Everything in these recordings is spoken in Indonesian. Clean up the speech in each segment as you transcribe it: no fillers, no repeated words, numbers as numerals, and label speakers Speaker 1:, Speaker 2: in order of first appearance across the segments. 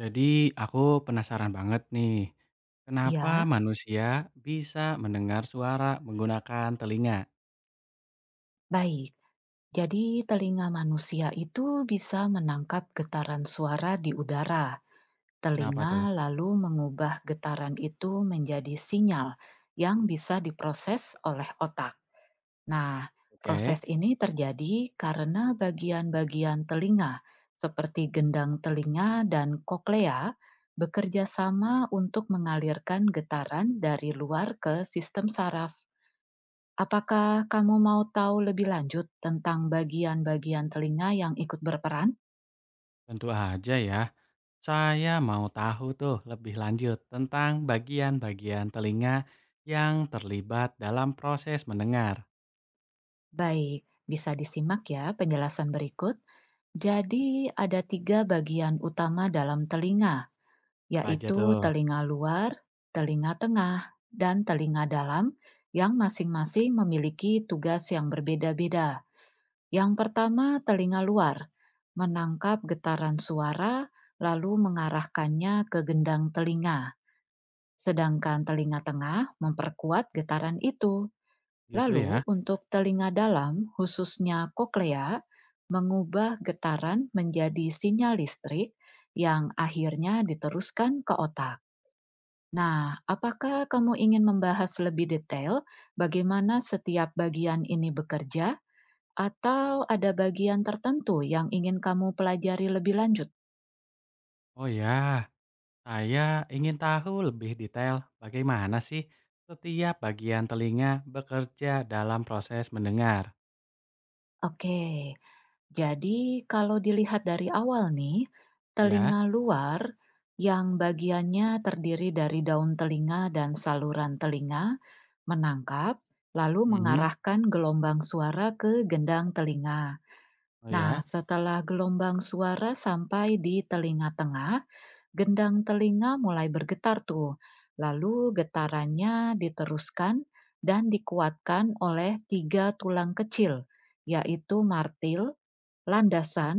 Speaker 1: Jadi aku penasaran banget nih, kenapa
Speaker 2: Ya,
Speaker 1: manusia bisa mendengar suara menggunakan telinga?
Speaker 2: baik. Jadi, telinga manusia itu bisa menangkap getaran suara di udara.
Speaker 1: Kenapa
Speaker 2: Telinga
Speaker 1: tuh?
Speaker 2: lalu mengubah getaran itu menjadi sinyal yang bisa diproses oleh otak. Nah,
Speaker 1: Oke,
Speaker 2: proses ini terjadi karena bagian-bagian telinga, seperti gendang telinga dan koklea, bekerja sama untuk mengalirkan getaran dari luar ke sistem saraf. Apakah kamu mau tahu lebih lanjut tentang bagian-bagian telinga yang ikut berperan?
Speaker 1: tentu aja ya. Saya mau tahu tuh lebih lanjut tentang bagian-bagian telinga yang terlibat dalam proses mendengar.
Speaker 2: Baik, bisa disimak ya penjelasan berikut. Jadi, ada tiga bagian utama dalam telinga,
Speaker 1: Apa aja
Speaker 2: yaitu
Speaker 1: tuh?
Speaker 2: telinga luar, telinga tengah, dan telinga dalam, yang masing-masing memiliki tugas yang berbeda-beda. Yang pertama, telinga luar menangkap getaran suara, lalu mengarahkannya ke gendang telinga. Sedangkan telinga tengah memperkuat getaran itu.
Speaker 1: Gitu
Speaker 2: Lalu,
Speaker 1: ya.
Speaker 2: untuk telinga dalam, khususnya koklea, mengubah getaran menjadi sinyal listrik yang akhirnya diteruskan ke otak. Nah, apakah kamu ingin membahas lebih detail bagaimana setiap bagian ini bekerja, atau ada bagian tertentu yang ingin kamu pelajari lebih lanjut?
Speaker 1: Oh ya, saya ingin tahu lebih detail bagaimana sih setiap bagian telinga bekerja dalam proses mendengar.
Speaker 2: Oke. Jadi, kalau dilihat dari awal nih,
Speaker 1: Ya.
Speaker 2: telinga luar yang bagiannya terdiri dari daun telinga dan saluran telinga menangkap, lalu
Speaker 1: Mhm,
Speaker 2: mengarahkan gelombang suara ke gendang telinga.
Speaker 1: oh
Speaker 2: Nah,
Speaker 1: ya,
Speaker 2: setelah gelombang suara sampai di telinga tengah, gendang telinga mulai bergetar tuh. Lalu getarannya diteruskan dan dikuatkan oleh tiga tulang kecil, yaitu martil, landasan,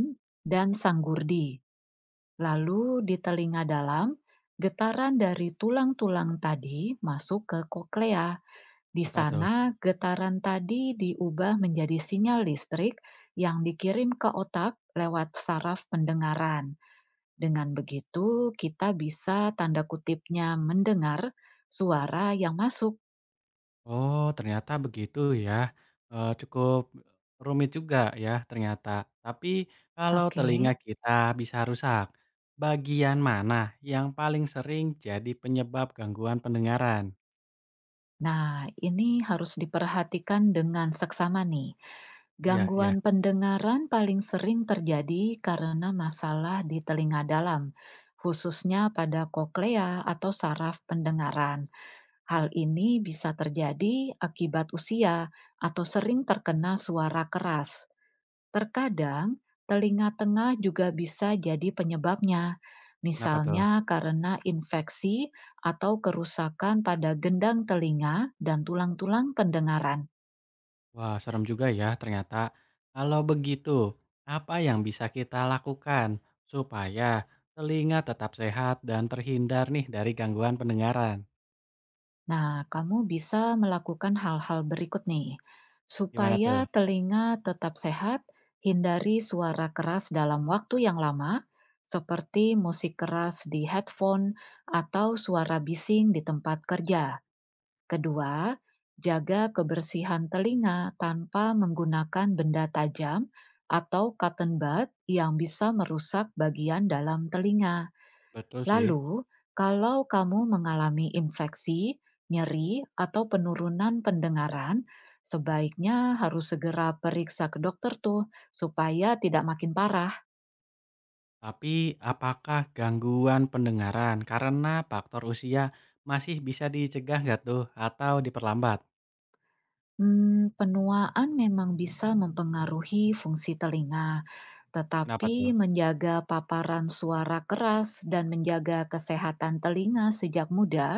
Speaker 2: dan sanggurdi. Lalu di telinga dalam, getaran dari tulang-tulang tadi masuk ke koklea. Di
Speaker 1: apa tuh?
Speaker 2: sana, getaran tadi diubah menjadi sinyal listrik yang dikirim ke otak lewat saraf pendengaran. Dengan begitu, kita bisa tanda kutipnya mendengar suara yang masuk.
Speaker 1: Oh, ternyata begitu ya, cukup rumit juga ya ternyata. Tapi kalau
Speaker 2: Oke.
Speaker 1: telinga kita bisa rusak, bagian mana yang paling sering jadi penyebab gangguan pendengaran?
Speaker 2: Nah, ini harus diperhatikan dengan seksama nih.
Speaker 1: Iya iya,
Speaker 2: Gangguan pendengaran paling sering terjadi karena masalah di telinga dalam, khususnya pada koklea atau saraf pendengaran. Hal ini bisa terjadi akibat usia atau sering terkena suara keras. Terkadang, telinga tengah juga bisa jadi penyebabnya,
Speaker 1: kenapa tuh?
Speaker 2: misalnya karena infeksi atau kerusakan pada gendang telinga dan tulang-tulang pendengaran.
Speaker 1: Wah, serem juga ya ternyata. Kalau begitu, apa yang bisa kita lakukan supaya telinga tetap sehat dan terhindar nih dari gangguan pendengaran?
Speaker 2: Nah, kamu bisa melakukan hal-hal berikut nih.
Speaker 1: Gimana
Speaker 2: Supaya
Speaker 1: tuh?
Speaker 2: telinga tetap sehat, hindari suara keras dalam waktu yang lama, seperti musik keras di headphone atau suara bising di tempat kerja. Kedua, jaga kebersihan telinga tanpa menggunakan benda tajam atau cotton bud yang bisa merusak bagian dalam telinga.
Speaker 1: Betul sih.
Speaker 2: Lalu, kalau kamu mengalami infeksi, nyeri, atau penurunan pendengaran, sebaiknya harus segera periksa ke dokter tuh supaya tidak makin parah.
Speaker 1: Tapi, apakah gangguan pendengaran karena faktor usia masih bisa dicegah nggak tuh atau diperlambat?
Speaker 2: Hmm, penuaan memang bisa mempengaruhi fungsi telinga.
Speaker 1: Kenapa
Speaker 2: Tetapi
Speaker 1: tuh?
Speaker 2: menjaga paparan suara keras dan menjaga kesehatan telinga sejak muda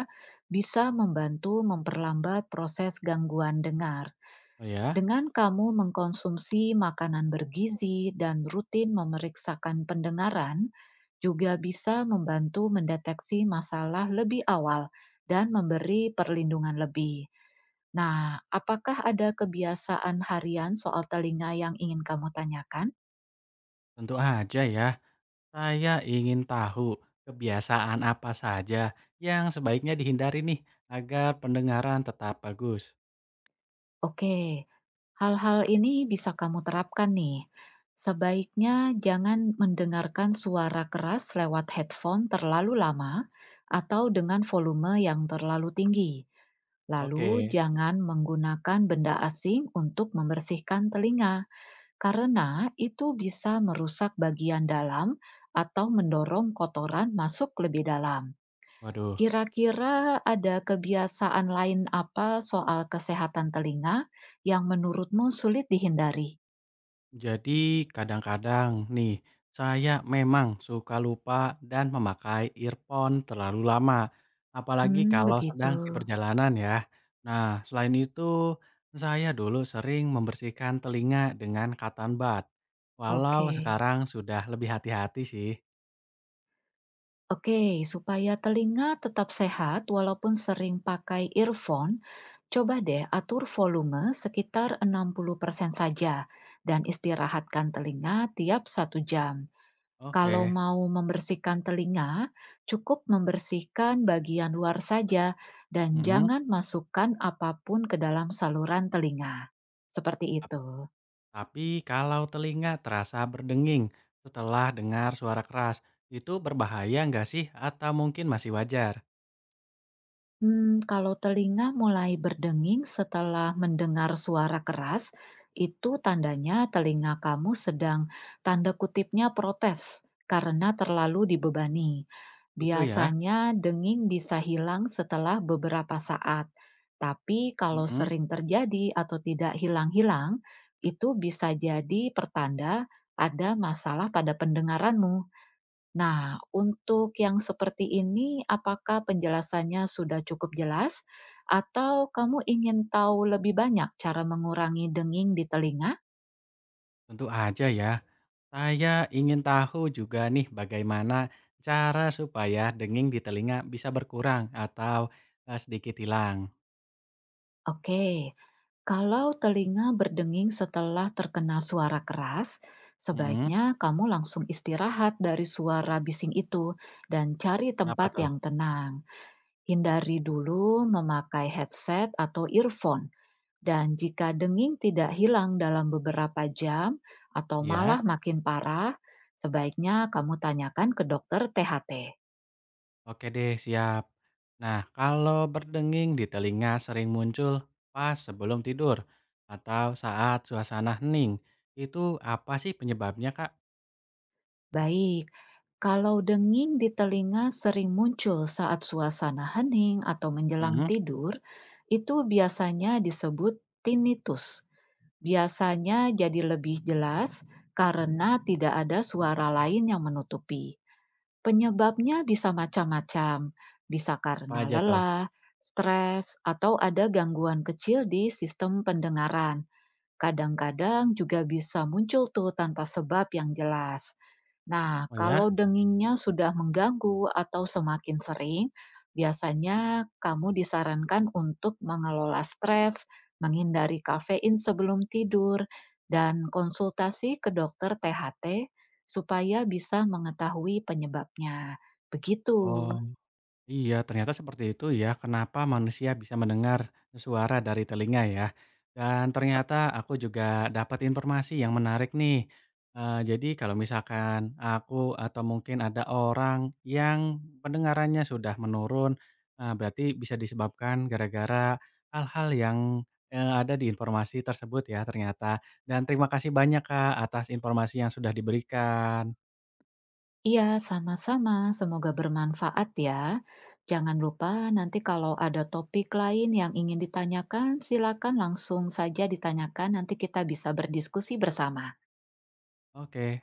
Speaker 2: bisa membantu memperlambat proses gangguan dengar.
Speaker 1: Oh ya?
Speaker 2: Dengan kamu mengkonsumsi makanan bergizi dan rutin memeriksakan pendengaran, juga bisa membantu mendeteksi masalah lebih awal dan memberi perlindungan lebih. Nah, apakah ada kebiasaan harian soal telinga yang ingin kamu tanyakan?
Speaker 1: Tentu aja ya. Saya ingin tahu kebiasaan apa saja yang sebaiknya dihindari nih agar pendengaran tetap bagus.
Speaker 2: Oke. Hal-hal ini bisa kamu terapkan nih. Sebaiknya jangan mendengarkan suara keras lewat headphone terlalu lama atau dengan volume yang terlalu tinggi. Lalu
Speaker 1: Oke.
Speaker 2: jangan menggunakan benda asing untuk membersihkan telinga karena itu bisa merusak bagian dalam atau mendorong kotoran masuk lebih dalam.
Speaker 1: Waduh.
Speaker 2: Kira-kira ada kebiasaan lain apa soal kesehatan telinga yang menurutmu sulit dihindari?
Speaker 1: Jadi kadang-kadang nih, saya memang suka lupa dan memakai earphone terlalu lama, apalagi kalau
Speaker 2: Begitu.
Speaker 1: sedang di perjalanan ya. Nah, selain itu, saya dulu sering membersihkan telinga dengan cotton bud, walau
Speaker 2: Oke.
Speaker 1: sekarang sudah lebih hati-hati sih.
Speaker 2: Oke, supaya telinga tetap sehat walaupun sering pakai earphone, coba deh atur volume sekitar 60% saja dan istirahatkan telinga tiap satu jam. Kalau
Speaker 1: Oke,
Speaker 2: mau membersihkan telinga, cukup membersihkan bagian luar saja dan
Speaker 1: mm-mm.
Speaker 2: jangan masukkan apapun ke dalam saluran telinga. Seperti
Speaker 1: Tap-
Speaker 2: itu.
Speaker 1: Tapi kalau telinga terasa berdenging setelah dengar suara keras, itu berbahaya nggak sih atau mungkin masih wajar?
Speaker 2: Kalau telinga mulai berdenging setelah mendengar suara keras, itu tandanya telinga kamu sedang tanda kutipnya protes karena terlalu dibebani.
Speaker 1: Itu ya.
Speaker 2: Biasanya denging bisa hilang setelah beberapa saat, tapi kalau
Speaker 1: Mm-mm.
Speaker 2: sering terjadi atau tidak hilang-hilang, itu bisa jadi pertanda ada masalah pada pendengaranmu. Nah, untuk yang seperti ini, apakah penjelasannya sudah cukup jelas, atau kamu ingin tahu lebih banyak cara mengurangi denging di telinga?
Speaker 1: Tentu aja ya. Saya ingin tahu juga nih bagaimana cara supaya denging di telinga bisa berkurang atau sedikit hilang.
Speaker 2: Oke, kalau telinga berdenging setelah terkena suara keras,
Speaker 1: Mhm.
Speaker 2: sebaiknya kamu langsung istirahat dari suara bising itu dan cari
Speaker 1: Kenapa
Speaker 2: tempat
Speaker 1: tuh?
Speaker 2: yang tenang. Hindari dulu memakai headset atau earphone. Dan jika denging tidak hilang dalam beberapa jam atau
Speaker 1: Ya,
Speaker 2: malah makin parah, sebaiknya kamu tanyakan ke dokter THT.
Speaker 1: oke deh, siap. Nah, kalau berdenging di telinga sering muncul pas sebelum tidur atau saat suasana hening, itu apa sih penyebabnya, Kak?
Speaker 2: Baik, kalau denging di telinga sering muncul saat suasana hening atau menjelang
Speaker 1: Mhm.
Speaker 2: tidur, itu biasanya disebut tinnitus. Biasanya jadi lebih jelas karena tidak ada suara lain yang menutupi. Penyebabnya bisa macam-macam, bisa
Speaker 1: Apa
Speaker 2: karena
Speaker 1: aja tuh?
Speaker 2: lelah, stres, atau ada gangguan kecil di sistem pendengaran. Kadang-kadang juga bisa muncul tuh tanpa sebab yang jelas. Nah,
Speaker 1: Oh
Speaker 2: kalau
Speaker 1: ya.
Speaker 2: dengingnya sudah mengganggu atau semakin sering, biasanya kamu disarankan untuk mengelola stres, menghindari kafein sebelum tidur, dan konsultasi ke dokter THT supaya bisa mengetahui penyebabnya. Begitu.
Speaker 1: Oh. Iya, ternyata seperti itu ya, kenapa manusia bisa mendengar suara dari telinga ya. Dan ternyata aku juga dapat informasi yang menarik nih. Jadi kalau misalkan aku atau mungkin ada orang yang pendengarannya sudah menurun, berarti bisa disebabkan gara-gara hal-hal yang ada di informasi tersebut ya ternyata. Dan terima kasih banyak Kak atas informasi yang sudah diberikan.
Speaker 2: Iya, sama-sama. Semoga bermanfaat ya. Jangan lupa nanti kalau ada topik lain yang ingin ditanyakan, silakan langsung saja ditanyakan. Nanti kita bisa berdiskusi bersama.
Speaker 1: Oke.